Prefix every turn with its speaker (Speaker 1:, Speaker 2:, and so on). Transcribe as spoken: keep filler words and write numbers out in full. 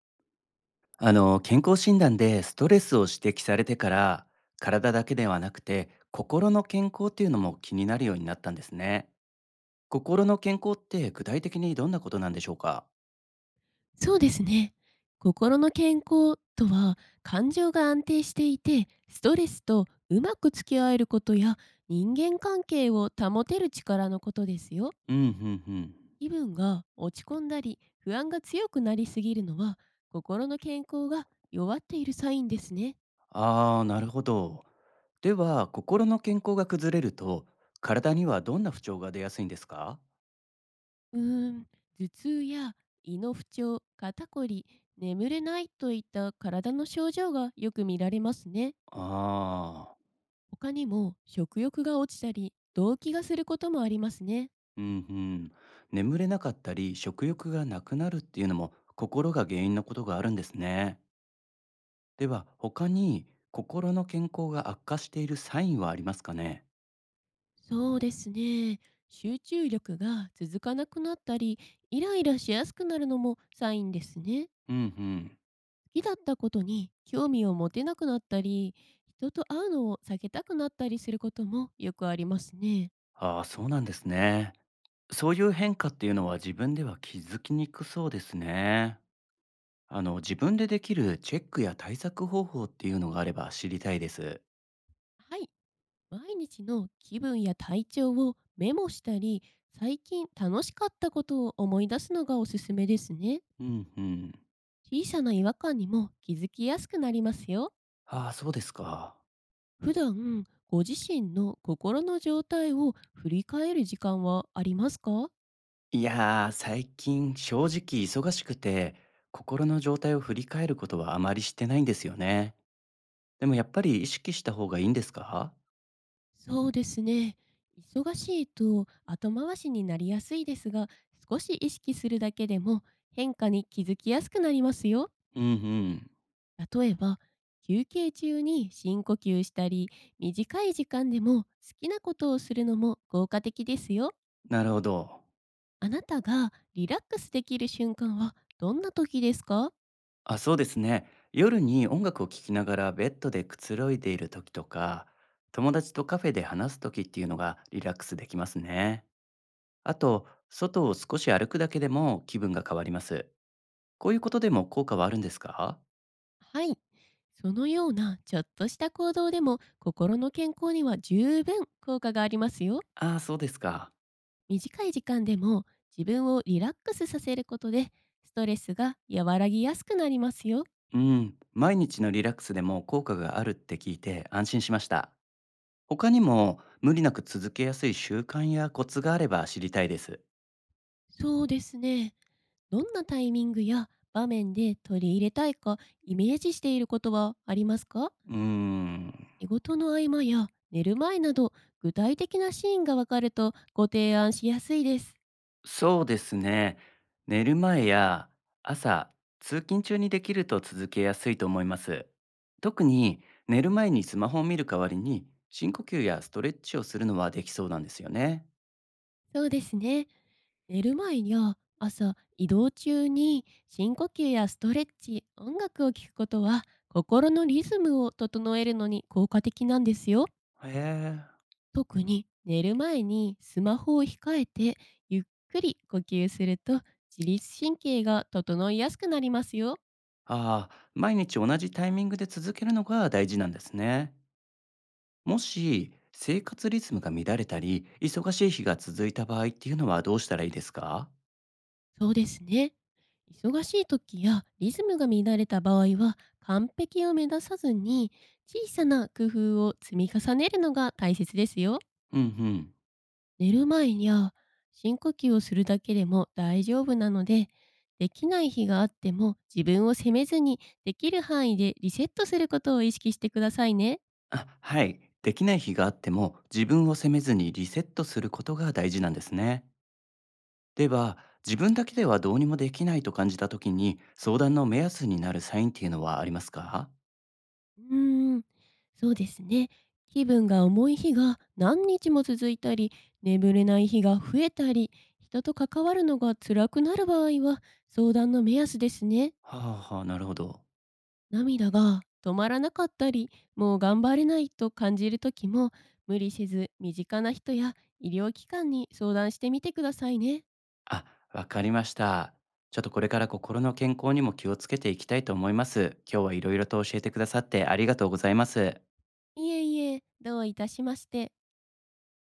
Speaker 1: あの健康診断でストレスを指摘されてから、体だけではなくて心の健康っていうのも気になるようになったんですね。心の健康って具体的にどんなことなんでしょうか？
Speaker 2: そうですね。心の健康とは、感情が安定していてストレスとうまく付き合えることや人間関係を保てる力のことですよ。
Speaker 1: うんうんうん。
Speaker 2: 気分が落ち込んだり不安が強くなりすぎるのは、心の健康が弱っているサインですね。
Speaker 1: ああー、なるほど。では、心の健康が崩れると体にはどんな不調が出やすいんですか？
Speaker 2: うーん、頭痛や胃の不調、肩こり、眠れないといった体の症状がよく見られますね。
Speaker 1: ああ
Speaker 2: 他にも食欲が落ちたり動悸がすることもありますね。
Speaker 1: ー、うんうん。眠れなかったり食欲がなくなるっていうのも、心が原因のことがあるんですね。では、他に心の健康が悪化しているサインはありますかね？
Speaker 2: そうですね。集中力が続かなくなったり、イライラしやすくなるのもサインですね。好
Speaker 1: うんうん。
Speaker 2: きだったことに興味を持てなくなったり、人と会うのを避けたくなったりすることもよくありますね。
Speaker 1: ああ、そうなんですね。そういう変化っていうのは自分では気づきにくそうですね。あの、自分でできるチェックや対策方法っていうのがあれば知りたいです。
Speaker 2: はい。毎日の気分や体調をメモしたり、最近楽しかったことを思い出すのがおすすめですね。
Speaker 1: うんうん。
Speaker 2: 小さな違和感にも気づきやすくなりますよ。
Speaker 1: ああ、そうですか。
Speaker 2: 普段、ご自身の心の状態を振り返る時間はありますか？
Speaker 1: いやー、最近正直忙しくて、心の状態を振り返ることはあまりしてないんですよね。でもやっぱり意識した方がいいんですか？
Speaker 2: そうですね。忙しいと後回しになりやすいですが、少し意識するだけでも変化に気づきやすくなりますよ。
Speaker 1: うんうん。
Speaker 2: 例えば、休憩中に深呼吸したり、短い時間でも好きなことをするのも効果的ですよ。
Speaker 1: なるほど。
Speaker 2: あなたがリラックスできる瞬間はどんな時ですか？
Speaker 1: あ、そうですね。夜に音楽を聴きながらベッドでくつろいでいる時とか、友達とカフェで話す時っていうのがリラックスできますね。あと、外を少し歩くだけでも気分が変わります。こういうことでも効果はあるんですか？
Speaker 2: はい。そのようなちょっとした行動でも、心の健康には十分効果がありますよ。
Speaker 1: ああ、そうですか。
Speaker 2: 短い時間でも自分をリラックスさせることで、ストレスが和らぎやすくなりますよ。
Speaker 1: うん。毎日のリラックスでも効果があるって聞いて安心しました。他にも無理なく続けやすい習慣やコツがあれば知りたいです。
Speaker 2: そうですね。どんなタイミングや場面で取り入れたいか、イメージしていることはありますか？
Speaker 1: うーん。
Speaker 2: 仕事の合間や寝る前など、具体的なシーンがわかるとご提案しやすいです。
Speaker 1: そうですね。寝る前や朝、通勤中にできると続けやすいと思います。特に寝る前にスマホを見る代わりに深呼吸やストレッチをするのはできそうなんですよね。
Speaker 2: そうですね。寝る前や朝、移動中に深呼吸やストレッチ、音楽を聴くことは、心のリズムを整えるのに効果的なんですよ。
Speaker 1: へえ。
Speaker 2: 特に寝る前にスマホを控えてゆっくり呼吸すると、自律神経が整いやすくなりますよ。
Speaker 1: ああ、毎日同じタイミングで続けるのが大事なんですね。もし生活リズムが乱れたり、忙しい日が続いた場合っていうのはどうしたらいいですか？
Speaker 2: そうですね。忙しい時やリズムが乱れた場合は、完璧を目指さずに小さな工夫を積み重ねるのが大切ですよ。
Speaker 1: うんうん。
Speaker 2: 寝る前や深呼吸をするだけでも大丈夫なので、できない日があっても自分を責めずに、できる範囲でリセットすることを意識してくださいね。
Speaker 1: あ、はい。できない日があっても自分を責めずにリセットすることが大事なんですね。では、自分だけではどうにもできないと感じた時に相談の目安になるサインっていうのはありますかは？
Speaker 2: うーん、そうですね。気分が重い日が何日も続いたり、眠れない日が増えたり、人と関わるのが辛くなる場合は、相談の目安ですね。
Speaker 1: あはあ、なるほど。
Speaker 2: 涙が止まらなかったり、もう頑張れないと感じる時も、無理せず身近な人や医療機関に相談してみてくださいね。
Speaker 1: あ、わかりました。ちょっとこれから心の健康にも気をつけていきたいと思います。今日はいろいろと教えてくださってありがとうございます。
Speaker 2: いえいえ、どういたしまして。